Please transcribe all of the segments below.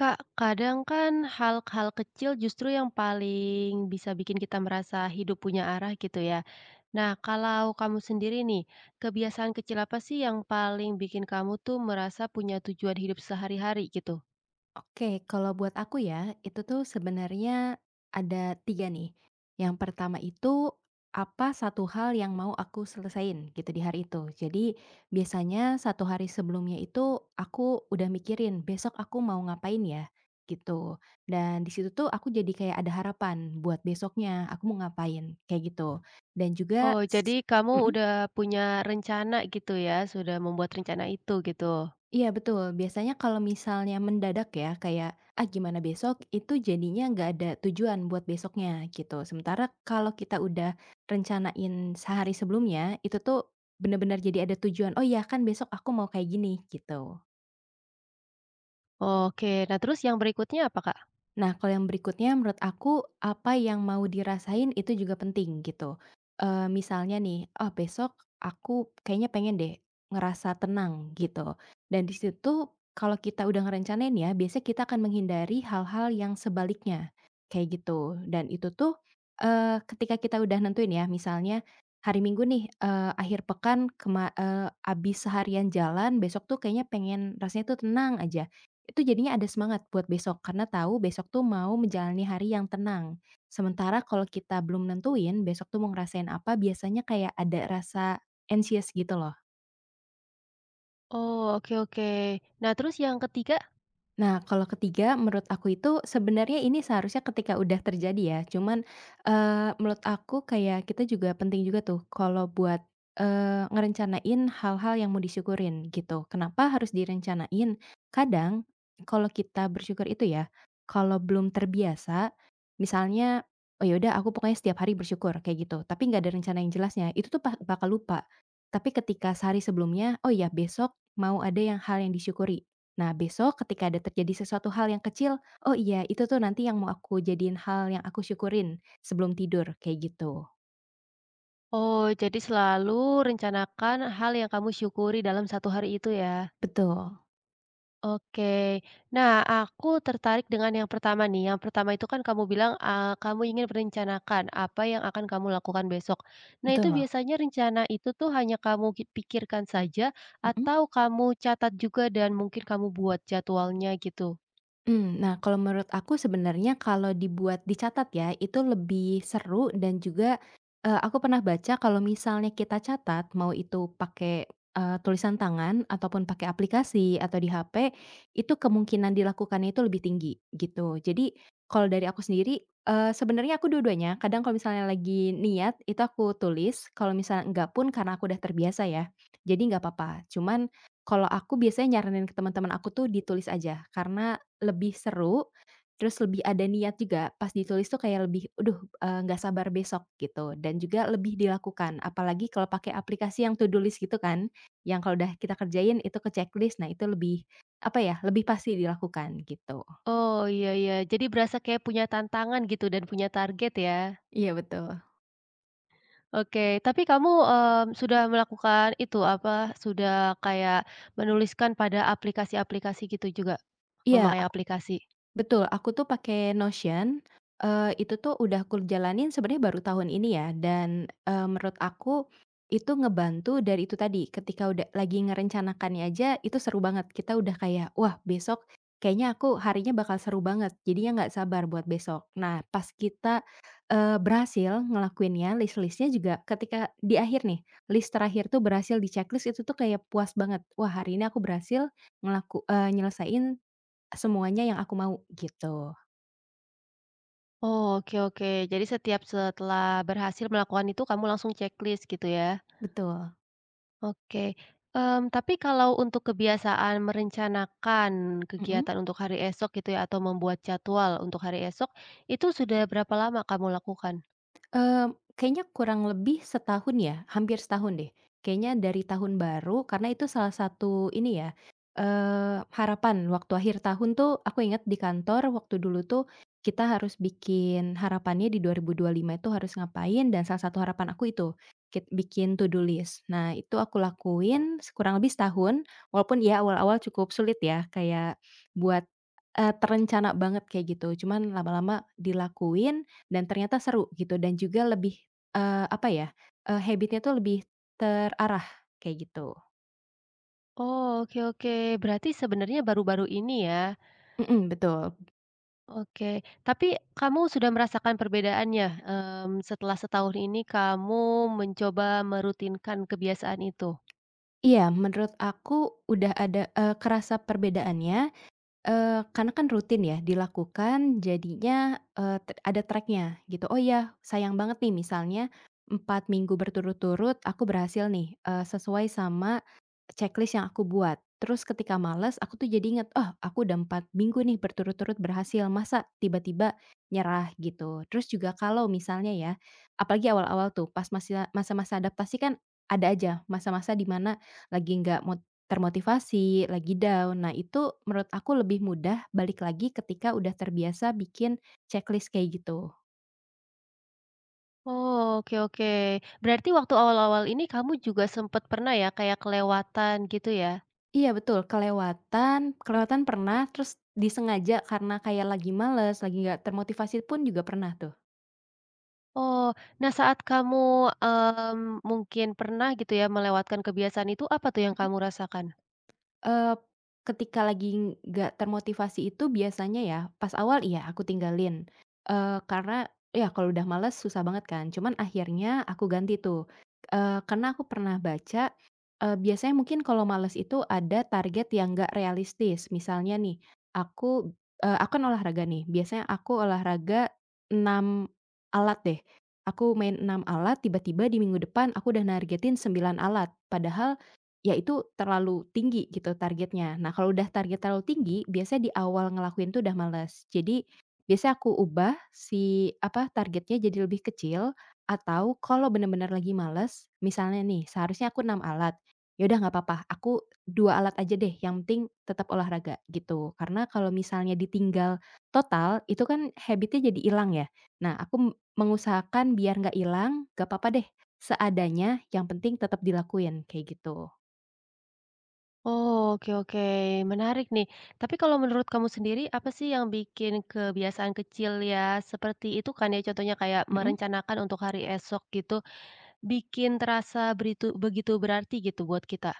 Kak, kadang kan hal-hal kecil justru yang paling bisa bikin kita merasa hidup punya arah gitu ya. Nah, kalau kamu sendiri nih, kebiasaan kecil apa sih yang paling bikin kamu tuh merasa punya tujuan hidup sehari-hari gitu? Oke, kalau buat aku ya, itu tuh sebenarnya ada 3 nih. Yang pertama itu, apa satu hal yang mau aku selesain gitu di hari itu. Jadi biasanya satu hari sebelumnya itu aku udah mikirin, "Besok aku mau ngapain ya?" Gitu. Dan di situ tuh aku jadi kayak ada harapan buat besoknya, aku mau ngapain, kayak gitu. Dan juga. Oh, jadi kamu Mhm? udah punya rencana gitu ya, sudah membuat rencana itu gitu. Iya, betul, biasanya kalau misalnya mendadak ya, kayak, "Ah, gimana besok?" Itu jadinya nggak ada tujuan buat besoknya, gitu. Sementara kalau kita udah rencanain sehari sebelumnya, itu tuh benar-benar jadi ada tujuan, "Oh iya kan besok aku mau kayak gini," gitu. Oke, nah terus yang berikutnya apa, Kak? Nah, kalau yang berikutnya menurut aku, apa yang mau dirasain itu juga penting gitu. Misalnya nih, oh besok aku kayaknya pengen deh ngerasa tenang," gitu. Dan di situ kalau kita udah ngerencanain ya, biasanya kita akan menghindari hal-hal yang sebaliknya, kayak gitu. Dan itu tuh, ketika kita udah nentuin ya, misalnya hari Minggu nih, akhir pekan habis seharian jalan, besok tuh kayaknya pengen rasanya tuh tenang aja. Itu jadinya ada semangat buat besok, karena tahu besok tuh mau menjalani hari yang tenang. Sementara kalau kita belum nentuin besok tuh mau ngerasain apa, biasanya kayak ada rasa anxious gitu loh. Oh, oke oke. Nah, terus yang ketiga? Nah, kalau ketiga menurut aku itu sebenarnya ini seharusnya ketika udah terjadi ya, cuman, menurut aku kayak kita juga penting juga tuh kalau buat, ngerencanain hal-hal yang mau disyukurin gitu. Kenapa harus direncanain? Kadang kalau kita bersyukur itu ya, kalau belum terbiasa, misalnya, "Oh yaudah aku pokoknya setiap hari bersyukur," kayak gitu, tapi nggak ada rencana yang jelasnya, itu tuh bakal lupa. Tapi ketika sehari sebelumnya, "Oh ya besok mau ada yang hal yang disyukuri." Nah, besok ketika ada terjadi sesuatu hal yang kecil, "Oh iya, itu tuh nanti yang mau aku jadiin hal yang aku syukurin sebelum tidur," kayak gitu. Oh, jadi selalu rencanakan hal yang kamu syukuri dalam satu hari itu ya. Betul Oke. Nah, aku tertarik dengan yang pertama nih. Yang pertama itu kan kamu bilang, kamu ingin merencanakan apa yang akan kamu lakukan besok. Nah, itu betul, biasanya rencana itu tuh hanya kamu ki pikirkan saja Mhm. atau kamu catat juga dan mungkin kamu buat jadwalnya gitu? Nah, kalau menurut aku sebenarnya kalau dibuat dicatat ya, itu lebih seru dan juga, aku pernah baca kalau misalnya kita catat, mau itu pakai, tulisan tangan ataupun pakai aplikasi atau di HP, itu kemungkinan dilakukannya itu lebih tinggi, gitu. Jadi kalau dari aku sendiri, sebenarnya aku dua-duanya, kadang kalau misalnya lagi niat itu aku tulis, kalau misalnya enggak pun karena aku udah terbiasa ya, jadi nggak apa-apa. Cuman kalau aku biasanya nyaranin ke teman-teman aku tuh ditulis aja, karena lebih seru, terus lebih ada niat juga pas ditulis tuh kayak lebih, "Aduh, nggak sabar besok," gitu dan juga lebih dilakukan. Apalagi kalau pakai aplikasi yang to do list gitu kan, yang kalau udah kita kerjain itu ke checklist, nah itu lebih, apa ya, lebih pasti dilakukan gitu. Oh, iya iya. Jadi berasa kayak punya tantangan gitu dan punya target ya? Iya, betul. Oke. Tapi kamu, sudah melakukan itu apa, sudah kayak menuliskan pada aplikasi-aplikasi gitu juga? Iya, Memakai aplikasi? Betul, aku tuh pakai Notion, itu tuh udah aku jalanin sebenarnya baru tahun ini ya dan, menurut aku itu ngebantu dari itu tadi, ketika udah lagi ngerencanakannya aja itu seru banget. Kita udah kayak, "Wah, besok kayaknya aku harinya bakal seru banget." Jadinya nggak sabar buat besok. Nah, pas kita, berhasil ngelakuinnya, list-listnya juga ketika di akhir nih, list terakhir tuh berhasil di-checklist itu tuh kayak puas banget, "Wah, hari ini aku berhasil nyelesain semuanya yang aku mau, gitu. Oh, oke oke. Jadi setiap setelah berhasil melakukan itu kamu langsung checklist gitu ya? Betul. Oke. Tapi kalau untuk kebiasaan merencanakan Mhm. kegiatan untuk hari esok gitu ya atau membuat jadwal untuk hari esok, itu sudah berapa lama kamu lakukan? Kayaknya kurang lebih setahun ya, hampir setahun deh. Kayaknya dari tahun baru karena itu salah satu ini ya, harapan waktu akhir tahun tuh aku ingat di kantor waktu dulu tuh kita harus bikin harapannya di 2025 itu harus ngapain dan salah satu harapan aku itu, bikin to do list. Nah itu aku lakuin kurang lebih setahun, walaupun ya awal-awal cukup sulit ya kayak buat, terencana banget kayak gitu, cuman lama-lama dilakuin dan ternyata seru gitu dan juga lebih, apa ya, habit tuh lebih terarah kayak gitu. Oh, oke oke. Berarti sebenarnya baru-baru ini ya? Mhm, betul. Oke. Tapi kamu sudah merasakan perbedaannya, setelah setahun ini kamu mencoba merutinkan kebiasaan itu? Iya, menurut aku udah ada, kerasa perbedaannya. Karena kan rutin ya dilakukan jadinya, eee, te ada track-nya gitu, oh iya sayang banget nih misalnya 4 minggu berturut-turut aku berhasil nih, sesuai sama checklist yang aku buat. Terus ketika males aku tuh jadi inget, "Oh aku udah 4 minggu nih berturut-turut berhasil, masa tiba-tiba nyerah?" Gitu. Terus juga kalau misalnya ya, apalagi awal-awal tuh pas masih masa-masa adaptasi kan ada aja masa-masa di mana lagi nggak termotivasi, lagi down. Nah, itu menurut aku lebih mudah balik lagi ketika udah terbiasa bikin checklist kayak gitu. Oh, oke oke. Berarti waktu awal-awal ini kamu juga sempat pernah ya kayak kelewatan gitu ya? Iya, betul, kelewatan kelewatan pernah, terus disengaja karena kayak lagi males, lagi nggak termotivasi pun juga pernah tuh. Oh, nah saat kamu, mungkin pernah gitu ya melewatkan kebiasaan itu, apa tuh yang kamu rasakan? Eee, ketika lagi nggak termotivasi itu biasanya ya, pas awal iya aku tinggalin, karena ya kalau udah males susah banget kan. Cuman akhirnya aku ganti tuh, karena aku pernah baca, biasanya mungkin kalau males itu ada target yang nggak realistis. Misalnya nih, aku kan olahraga nih, biasanya aku olahraga 6 alat deh, aku main 6 alat, tiba-tiba di minggu depan aku udah nargetin 9 alat. Padahal ya itu terlalu tinggi gitu targetnya. Nah kalau udah target terlalu tinggi, biasanya di awal ngelakuin tuh udah males. Jadi, biasanya aku ubah si, apa, targetnya jadi lebih kecil, atau kalau bener-bener lagi males, misalnya nih seharusnya aku 6 alat, ya udah nggak apa-apa, aku 2 alat aja deh yang penting tetap olahraga gitu. Karena kalau misalnya ditinggal total, itu kan habitnya jadi hilang ya. Nah aku mengusahakan biar nggak hilang, gak apa-apa deh, seadanya yang penting tetap dilakuin, kayak gitu. Oh, oke oke, menarik nih. Tapi kalau menurut kamu sendiri, apa sih yang bikin kebiasaan kecil ya seperti itu kan ya contohnya kayak Mhm. merencanakan untuk hari esok gitu, bikin terasa beritu begitu berarti gitu buat kita?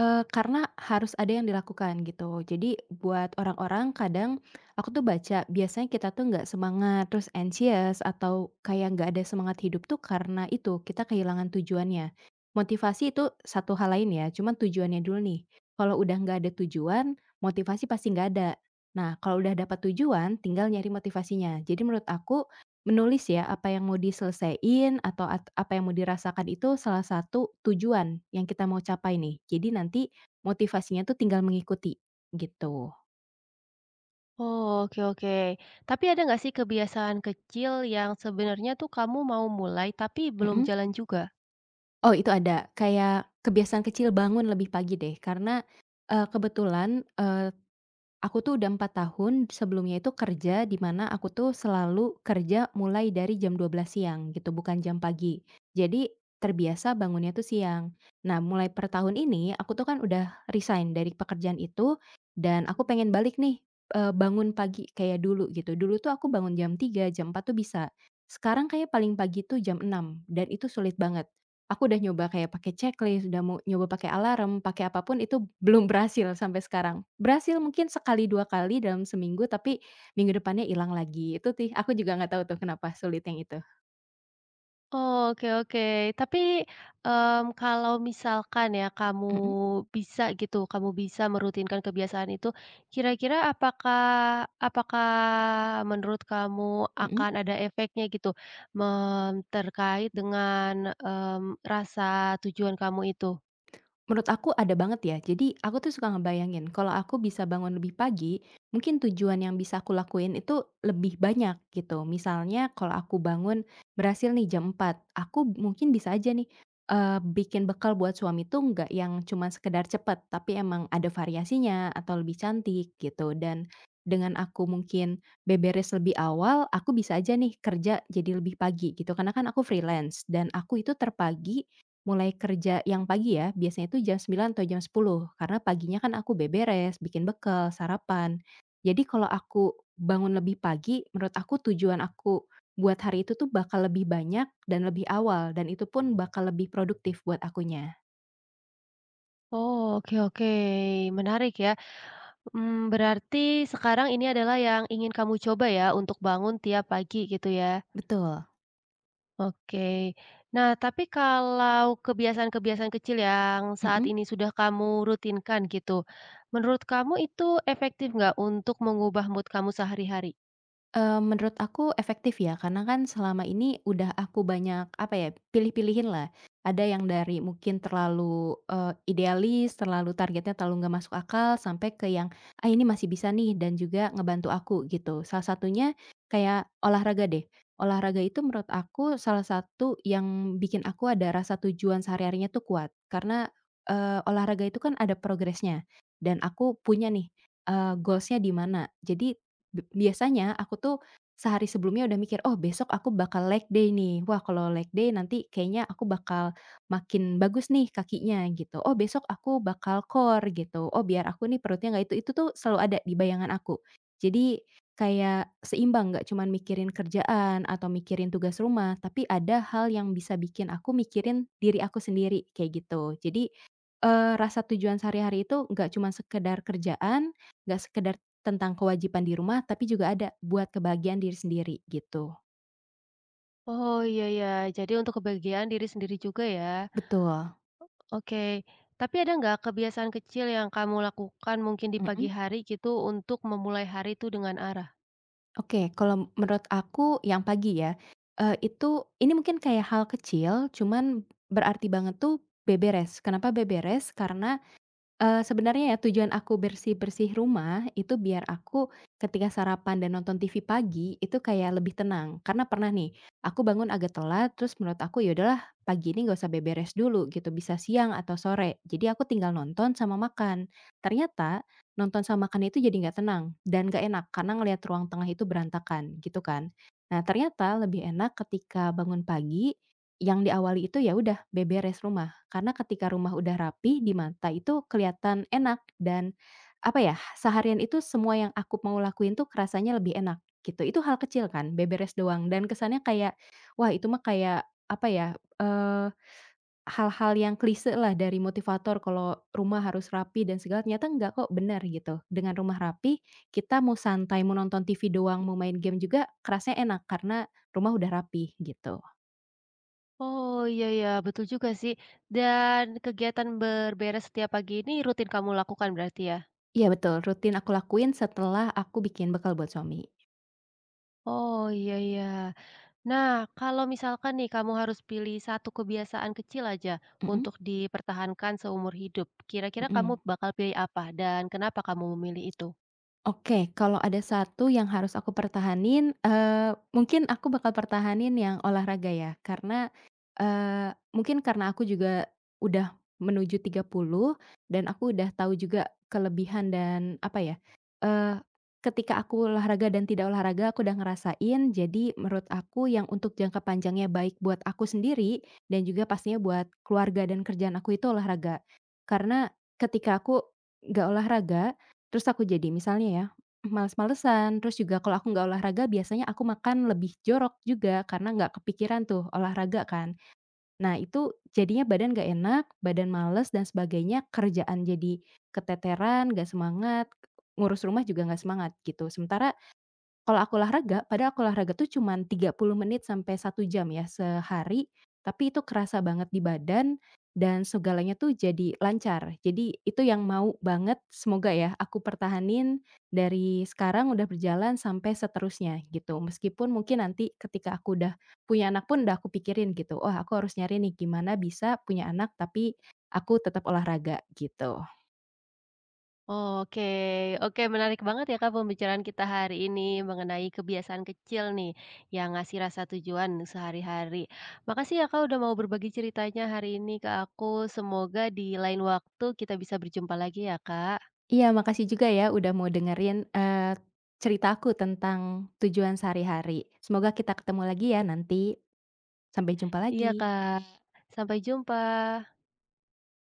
Karena harus ada yang dilakukan gitu. Jadi buat orang-orang kadang aku tuh baca biasanya kita tuh nggak semangat, terus anxious atau kayak nggak ada semangat hidup tuh karena itu, kita kehilangan tujuannya. Motivasi itu satu hal lain ya, cuman tujuannya dulu nih. Kalau udah nggak ada tujuan, motivasi pasti nggak ada. Nah, kalau udah dapat tujuan tinggal nyari motivasinya. Jadi menurut aku menulis ya, apa yang mau diselesaiin atau apa yang mau dirasakan itu salah satu tujuan yang kita mau capai nih. Jadi nanti motivasinya tuh tinggal mengikuti, gitu. Oh, oke oke. Tapi ada nggak sih kebiasaan kecil yang sebenarnya tuh kamu mau mulai tapi belum Mhm. jalan juga? Oh itu ada, kayak kebiasaan kecil bangun lebih pagi deh, karena, kebetulan, eh, aku tuh udah 4 tahun sebelumnya itu kerja di mana aku tuh selalu kerja mulai dari jam 12 siang gitu, bukan jam pagi. Jadi terbiasa bangunnya tuh siang. Nah, mulai per tahun ini aku tuh kan udah resign dari pekerjaan itu dan aku pengen balik nih, bangun pagi kayak dulu gitu. Dulu tuh aku bangun jam 3, jam 4 tuh bisa. Sekarang kayak paling pagi tuh jam 6 dan itu sulit banget. Aku udah nyoba kayak pakai checklist, udah mau nyoba pakai alarm, pakai apapun itu belum berhasil sampai sekarang. Berhasil mungkin sekali, 2 kali dalam seminggu, tapi minggu depannya hilang lagi. Itu sih, aku juga nggak tahu tuh kenapa sulit yang itu. Oh, oke oke. Tapi, kalau misalkan ya kamu Mhm, bisa gitu, kamu bisa merutinkan kebiasaan itu, kira-kira apakah apakah menurut kamu mhm. akan ada efeknya gitu, terkait dengan, rasa tujuan kamu itu? Menurut aku ada banget ya. Jadi aku tuh suka ngebayangin kalau aku bisa bangun lebih pagi, mungkin tujuan yang bisa aku lakuin itu lebih banyak gitu. Misalnya kalau aku bangun berhasil nih jam 4 aku mungkin bisa aja nih eh, bikin bekal buat suami tuh nggak yang cuma sekedar cepet, tapi emang ada variasinya atau lebih cantik gitu. Dan dengan aku mungkin beberes lebih awal, aku bisa aja nih kerja jadi lebih pagi gitu. Karena kan aku freelance dan aku itu mulai kerja yang pagi ya, biasanya itu jam 9 atau jam 10 karena paginya kan aku beberes, bikin bekal, sarapan. Jadi kalau aku bangun lebih pagi, menurut aku tujuan aku buat hari itu tuh bakal lebih banyak dan lebih awal, dan itu pun bakal lebih produktif buat akunya. Oh, oke oke, menarik ya. Berarti sekarang ini adalah yang ingin kamu coba ya, untuk bangun tiap pagi gitu ya? Betul. Oke. Nah, tapi kalau kebiasaan-kebiasaan kecil yang saat Mhm. ini sudah kamu rutinkan gitu, menurut kamu itu efektif nggak untuk mengubah mood kamu sehari-hari? Menurut aku efektif ya, karena kan selama ini udah aku banyak, apa ya, pilih-pilihin lah. Ada yang dari mungkin terlalu, idealis, terlalu targetnya terlalu nggak masuk akal, sampai ke yang, "Ah, ini masih bisa nih," dan juga ngebantu aku gitu. Salah satunya kayak olahraga deh. Olahraga itu menurut aku salah satu yang bikin aku ada rasa tujuan sehari-harinya tuh kuat. Karena, olahraga itu kan ada progresnya dan aku punya nih, goals-nya di mana. Jadi biasanya aku tuh sehari sebelumnya udah mikir, "Oh, besok aku bakal leg day nih. Wah, kalau leg day nanti kayaknya aku bakal makin bagus nih kakinya," gitu. "Oh, besok aku bakal core," gitu. "Oh, biar aku nih perutnya nggak itu." Itu tuh selalu ada di bayangan aku. Jadi kayak seimbang, nggak cuman mikirin kerjaan atau mikirin tugas rumah, tapi ada hal yang bisa bikin aku mikirin diri aku sendiri, kayak gitu. Jadi, rasa tujuan sehari-hari itu nggak cuma sekedar kerjaan, nggak sekedar tentang kewajiban di rumah, tapi juga ada buat kebahagiaan diri sendiri, gitu. Oh, iya ya, jadi untuk kebahagiaan diri sendiri juga ya. Betul. Oke, tapi ada nggak kebiasaan kecil yang kamu lakukan mungkin di pagi Mhm. hari gitu, untuk memulai hari itu dengan arah? Oke, kalau menurut aku yang pagi ya, itu ini mungkin kayak hal kecil, cuman berarti banget tuh beberes. Kenapa beberes? Karena sebenarnya ya tujuan aku bersih-bersih rumah itu biar aku ketika sarapan dan nonton TV pagi itu kayak lebih tenang. Karena pernah nih, aku bangun agak telat terus menurut aku, "Ya udahlah pagi ini nggak usah beberes dulu," gitu, bisa siang atau sore. Jadi aku tinggal nonton sama makan. Ternyata nonton sama makan itu jadi nggak tenang dan nggak enak karena ngelihat ruang tengah itu berantakan, gitu kan. Nah ternyata lebih enak ketika bangun pagi, yang diawali itu ya udah beberes rumah. Karena ketika rumah udah rapi di mata itu kelihatan enak dan, apa ya, seharian itu semua yang aku mau lakuin tuh kerasanya lebih enak, gitu. Itu hal kecil kan, beberes doang dan kesannya kayak, wah itu mah kayak, apa ya, eee, hal-hal yang klise lah dari motivator kalau rumah harus rapi dan segala, ternyata enggak kok, benar gitu. Dengan rumah rapi, kita mau santai, mau nonton TV doang, mau main game juga kerasnya enak karena rumah udah rapi, gitu. Oh, iya ya, betul juga sih. Dan kegiatan berberes setiap pagi ini rutin kamu lakukan berarti ya? Iya, betul, rutin aku lakuin setelah aku bikin bekal buat suami. Oh, iya iya. Nah, kalau misalkan nih kamu harus pilih satu kebiasaan kecil aja Mhm, untuk dipertahankan seumur hidup, kira-kira kamu mhm. bakal pilih apa dan kenapa kamu memilih itu? Oke, kalau ada satu yang harus aku pertahanin, mungkin aku bakal pertahanin yang olahraga ya. Karena, mungkin karena aku juga udah menuju 30 dan aku udah tahu juga kelebihan dan apa ya, eee, ketika aku olahraga dan tidak olahraga aku udah ngerasain. Jadi menurut aku yang untuk jangka panjangnya baik buat aku sendiri dan juga pastinya buat keluarga dan kerjaan aku itu olahraga. Karena ketika aku nggak olahraga terus aku jadi misalnya ya, males-malesan, terus juga kalau aku nggak olahraga biasanya aku makan lebih jorok juga karena nggak kepikiran tuh olahraga kan. Nah itu jadinya badan nggak enak, badan males dan sebagainya, kerjaan jadi keteteran, nggak semangat, ngurus rumah juga nggak semangat gitu. Sementara kalau aku olahraga, padahal aku olahraga tuh cuman 30 menit sampai satu jam ya sehari, tapi itu kerasa banget di badan dan segalanya tuh jadi lancar. Jadi itu yang mau banget semoga ya aku pertahanin dari sekarang udah berjalan sampai seterusnya gitu. Meskipun mungkin nanti ketika aku udah punya anak pun udah aku pikirin gitu, oh aku harus nyari nih gimana bisa punya anak tapi aku tetap olahraga," gitu. Oke, oke menarik banget ya Kak pembicaraan kita hari ini mengenai kebiasaan kecil nih yang ngasih rasa tujuan sehari-hari. Makasih ya Kak udah mau berbagi ceritanya hari ini ke aku. Semoga di lain waktu kita bisa berjumpa lagi ya Kak. Iya, makasih juga ya udah mau dengerin, ceritaku tentang tujuan sehari-hari. Semoga kita ketemu lagi ya nanti. Sampai jumpa Iya lagi. Kak, sampai jumpa.